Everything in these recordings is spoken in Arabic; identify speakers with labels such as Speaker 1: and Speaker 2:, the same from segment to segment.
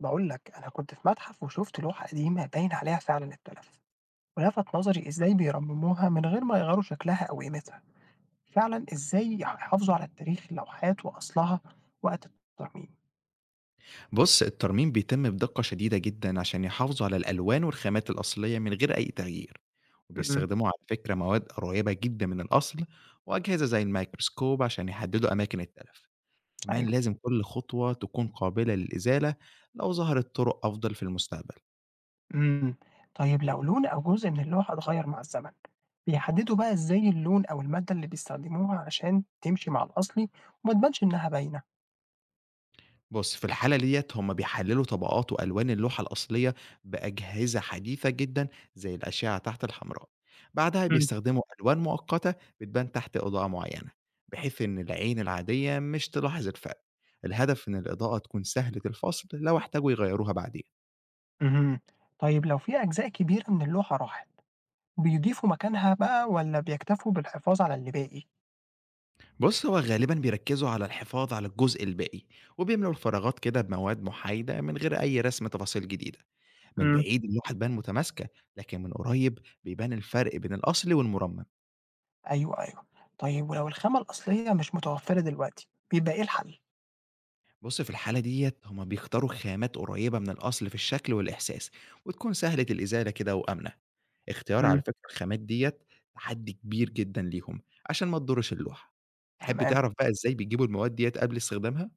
Speaker 1: بقول لك أنا كنت في متحف وشفت لوحة قديمة باين عليها فعلا التلف، ولفت نظري إزاي بيرمموها من غير ما يغيروا شكلها أو قيمتها. فعلا إزاي يحافظوا على التاريخ لوحات وأصلها وقت الترميم.
Speaker 2: بص الترميم بيتم بدقة شديدة جدا عشان يحافظوا على الألوان والخامات الأصلية من غير أي تغيير.
Speaker 1: امم.
Speaker 2: وبيستخدموا على فكرة مواد قريبة جدا من الأصل وأجهزة زي الميكروسكوب عشان يحددوا أماكن التلف. كمان
Speaker 1: أيوه.
Speaker 2: لازم كل خطوة تكون قابلة للإزالة لو ظهرت طرق أفضل في المستقبل.
Speaker 1: امم. طيب لو لون أو جزء من اللوحة اتغير مع الزمن، بيحددوا بقى إزاي اللون أو المادة اللي بيستخدموها عشان تمشي مع الأصلي وما تبانش إنها باينة؟
Speaker 2: بُص، في الحالة ديّة هم بيحلّلوا طبقات وألوان اللوحة الأصلية بأجهزة حديثة جدًا زي الأشعة تحت الحمراء، بعدها بيستخدموا ألوان مؤقتة بتبان تحت إضاءة معيّنة، بحيث إن العين العادية مش تلاحظ الفرق، الهدف إن الإضاءة تكون سهلة الفصل لو احتاجوا يغيّروها بعدين.
Speaker 1: امم. طيب لو في أجزاء كبيرة من اللوحة راحت، بيضيفوا مكانها بقى والّا بيكتفوا بالحفاظ على اللي باقي؟
Speaker 2: بُص، هو غالبًا بيركّزوا على الحفاظ على الجزء الباقي، وبيملوا الفراغات كده بمواد محايدة من غير أي رسم تفاصيل جديدة، من
Speaker 1: إمم.
Speaker 2: بعيد اللوحة تبان متماسكة، لكن من قريب بيبان الفرق بين الأصلي والمُرمم.
Speaker 1: أيوه، أيوه. طيب ولو الخامة الأصلية مش متوفرة دلوقتي، بيبقى إيه الحل؟
Speaker 2: بُص، في الحالة ديّة هُم بيختاروا خامات قريّبة من الأصل في الشكل والإحساس، وتكون سهلة الإزالة كده وآمنة. اختيار على
Speaker 1: إمم.
Speaker 2: فكرة الخامات ديّة تحدي كبير جدًا ليهم، عشان ما تضرش اللوحة. تحب
Speaker 1: تمام.
Speaker 2: تعرف بقى إزاي بيجيبوا المواد ديّة قبل استخدامها؟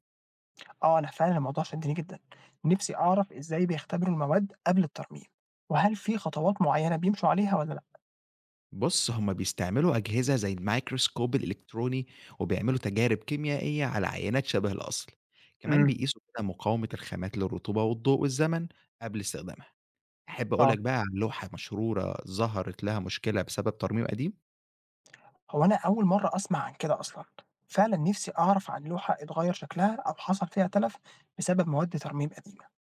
Speaker 1: آه، أنا فعلًا الموضوع شدني جدًا. نفسي أعرف إزاي بيختبروا المواد قبل الترميم، وهل في خطوات معينة بيمشوا عليها والّا لأ؟
Speaker 2: بُص، هُم بيستعملوا أجهزة زي الميكروسكوب الإلكتروني، وبيعملوا تجارب كيميائية على عينات شبه الأصل. كمان
Speaker 1: إمم.
Speaker 2: بيقيسوا كده مقاومة الخامات للرطوبة والضوء والزمن قبل استخدامها. تحب أقول
Speaker 1: آه.
Speaker 2: لك بقى عن لوحة مشهورة ظهرت لها مشكلة بسبب ترميم قديم؟
Speaker 1: هو أنا أول مرة أسمع عن كده أصلًا. فعلًا نفسي أعرف عن لوحة اتغير شكلها أو حصل فيها تلف بسبب مواد ترميم قديمة.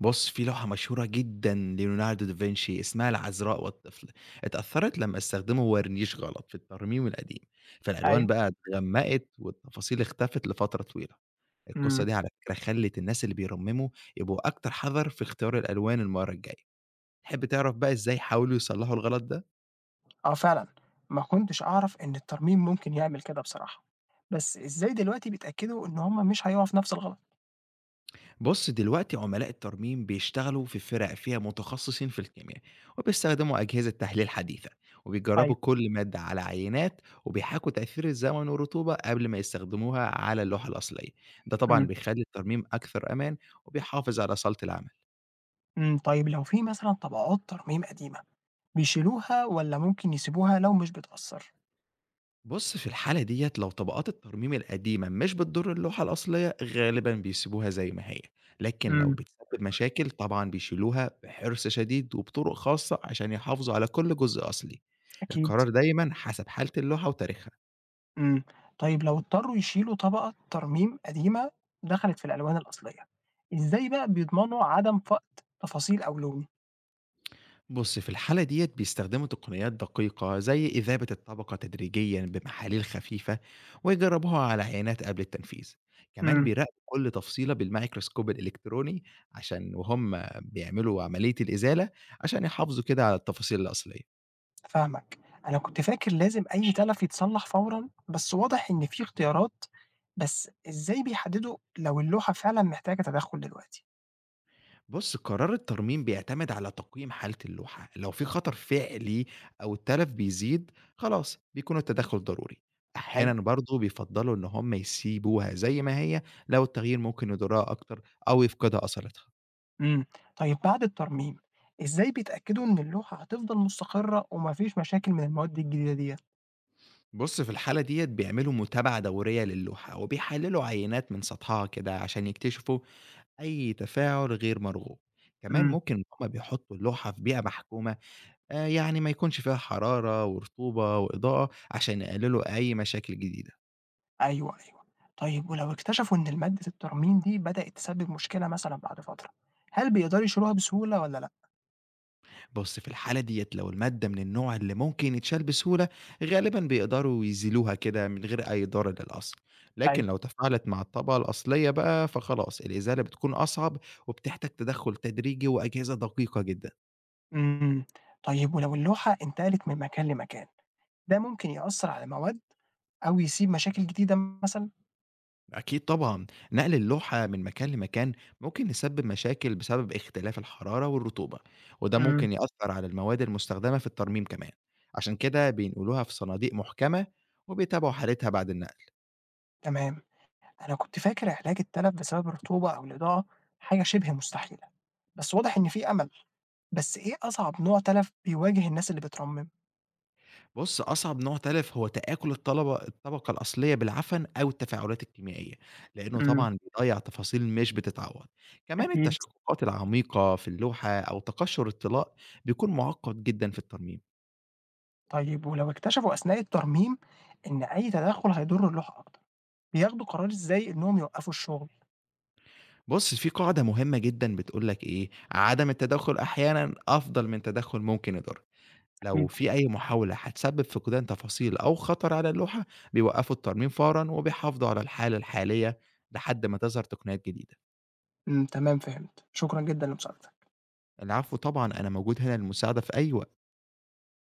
Speaker 2: بُص، في لوحة مشهورة جدًا ليوناردو دافنشي اسمها العذراء والطفل، اتأثّرت لمّا استخدموا ورنيش غلط في الترميم القديم، فالألوان
Speaker 1: أيوه.
Speaker 2: بقى اتغمّقت والتفاصيل اختفت لفترة طويلة. القصة
Speaker 1: إمم.
Speaker 2: دي على فكرة خلّت الناس اللي بيرمموا يبقوا أكتر حَذَر في اختيار الألوان المَرّة الجاية. تحب تعرف بقى إزاي حاولوا يصلّحوا الغلط ده؟
Speaker 1: آه فعلًا، ما كنتش أعرف إن الترميم ممكن يعمل كده بصراحة، بس إزاي دلوقتي بيتأكدوا إن هم مش هيقعوا في نفس الغلط؟
Speaker 2: بُص، دلوقتي عملاء الترميم بيشتغلوا في فرق فيها متخصصين في الكيمياء، وبيستخدموا أجهزة تحليل حديثة، وبيجربوا
Speaker 1: أيوه.
Speaker 2: كل مادة على عينات، وبيحاكوا تأثير الزمن والرطوبة قبل ما يستخدموها على اللوحة الأصلية، ده طبعًا
Speaker 1: إمم.
Speaker 2: بيخلّي الترميم أكثر أمان، وبيحافظ على صلة العمل.
Speaker 1: إمم. طيب لو في مثلًا طبقات ترميم قديمة، بيشيلوها والّا ممكن يسيبوها لو مش بتأثّر؟
Speaker 2: بُص، في الحالة ديّة لو طبقات الترميم القديمة مش بتضر اللوحة الأصلية، غالبًا بيسيبوها زي ما هي، لكن لو
Speaker 1: إمم.
Speaker 2: بتسبب مشاكل طبعًا بيشيلوها بحرص شديد وبطرق خاصة عشان يحافظوا على كل جزء أصلي.
Speaker 1: أكيد.
Speaker 2: القرار دايمًا حسب حالة اللوحة وتاريخها.
Speaker 1: إمم. طيب لو اضطروا يشيلوا طبقة ترميم قديمة دخلت في الألوان الأصلية، إزاي بقى بيضمنوا عدم فقد تفاصيل أو لون؟
Speaker 2: بُص، في الحالة ديّة بيستخدموا تقنيات دقيقة زي إذابة الطبقة تدريجيًا بمحاليل خفيفة ويجربوها على عينات قبل التنفيذ، كمان
Speaker 1: إمم.
Speaker 2: بيراقبوا كل تفصيلة بالميكروسكوب الإلكتروني عشان وهُم بيعملوا عملية الإزالة عشان يحافظوا كده على التفاصيل الأصلية.
Speaker 1: فاهمك. أنا كنت فاكر لازم أي تلف يتصلّح فورًا، بس واضح إن في اختيارات، بس إزاي بيحدّدوا لو اللوحة فعلًا محتاجة تدخُّل دلوقتي؟
Speaker 2: بُص، قرار الترميم بيعتمد على تقييم حالة اللوحة، لو في خطر فعلي أو التلف بيزيد خلاص بيكون التدخل ضروري، أحيانًا
Speaker 1: أيوه.
Speaker 2: برضه بيفضّلوا إن هم يسيبوها زي ما هي لو التغيير ممكن يضرها أكتر أو يفقدها أثرتها.
Speaker 1: إمم. طيب بعد الترميم، إزاي بيتأكدوا إن اللوحة هتفضل مستقرة وما فيش مشاكل من المواد الجديدة ديّة؟
Speaker 2: بُص، في الحالة ديّة بيعملوا متابعة دورية للوحة وبيحللوا عينات من سطحها كده عشان يكتشفوا أي تفاعل غير مرغوب، كمان
Speaker 1: إمم.
Speaker 2: ممكن إن هم بيحطوا اللوحة في بيئة محكومة يعني ما يكونش فيها حرارة ورطوبة وإضاءة، عشان يقللوا أي مشاكل جديدة.
Speaker 1: أيوه، أيوه. طيب ولو اكتشفوا إن مادة الترميم دي بدأت تسبِّب مشكلة مثلًا بعد فترة، هل بيقدروا يشيلوها بسهولة والّا لأ؟
Speaker 2: بُص، في الحالة ديّة لو المادة من النوع اللي ممكن يتشال بسهولة، غالبًا بيقدروا يزيلوها كده من غير أي ضرر للأصل. لكن
Speaker 1: أيوه.
Speaker 2: لو تفاعلت مع الطبقة الأصلية بقى، فخلاص الإزالة بتكون أصعب وبتحتاج تدخُّل تدريجي وأجهزة دقيقة جدًا.
Speaker 1: إمم. طيب ولو اللوحة انتقلت من مكان لمكان، ده ممكن يأثّر على مواد أو يسيب مشاكل جديدة مثلًا؟
Speaker 2: أكيد طبعًا، نقل اللوحة من مكان لمكان ممكن يسبب مشاكل بسبب اختلاف الحرارة والرطوبة، وده
Speaker 1: إمم.
Speaker 2: ممكن يأثر على المواد المستخدمة في الترميم كمان، عشان كده بينقلوها في صناديق محكمة وبيتابعوا حالتها بعد النقل.
Speaker 1: تمام، أنا كنت فاكر علاج التلف بسبب الرطوبة أو الإضاءة حاجة شبه مستحيلة، بس واضح إن في أمل، بس إيه أصعب نوع تلف بيواجه الناس اللي بترمم؟
Speaker 2: بُص، أصعب نوع تلف هو تآكل الطلبة الطبقة الأصلية بالعفن أو التفاعلات الكيميائية، لأنه
Speaker 1: إمم.
Speaker 2: طبعًا بيضيّع تفاصيل مش بتتعوّض. كمان
Speaker 1: أكيد.
Speaker 2: التشققات العميقة في اللوحة أو تقشُر الطلاء بيكون مُعقّد جدًا في الترميم.
Speaker 1: طيب ولو اكتشفوا أثناء الترميم إن أي تدخل هيضر اللوحة أكتر، بياخدوا قرار إزاي إنهم يوقفوا الشغل؟
Speaker 2: بُص، في قاعدة مهمة جدًا بتقول لك إيه، عدم التدخُّل أحيانًا أفضل من تدخُّل ممكن يضر. لو
Speaker 1: أكيد.
Speaker 2: في أي محاولة هتسبب فقدان تفاصيل أو خطر على اللوحة، بيوقّفوا الترميم فورًا وبيحافظوا على الحالة الحالية لحد ما تظهر تقنيات جديدة.
Speaker 1: إمم، تمام فهمت، شكرًا جدًا لمساعدتك.
Speaker 2: العفو طبعًا، أنا موجود هنا للمساعدة في أي وقت.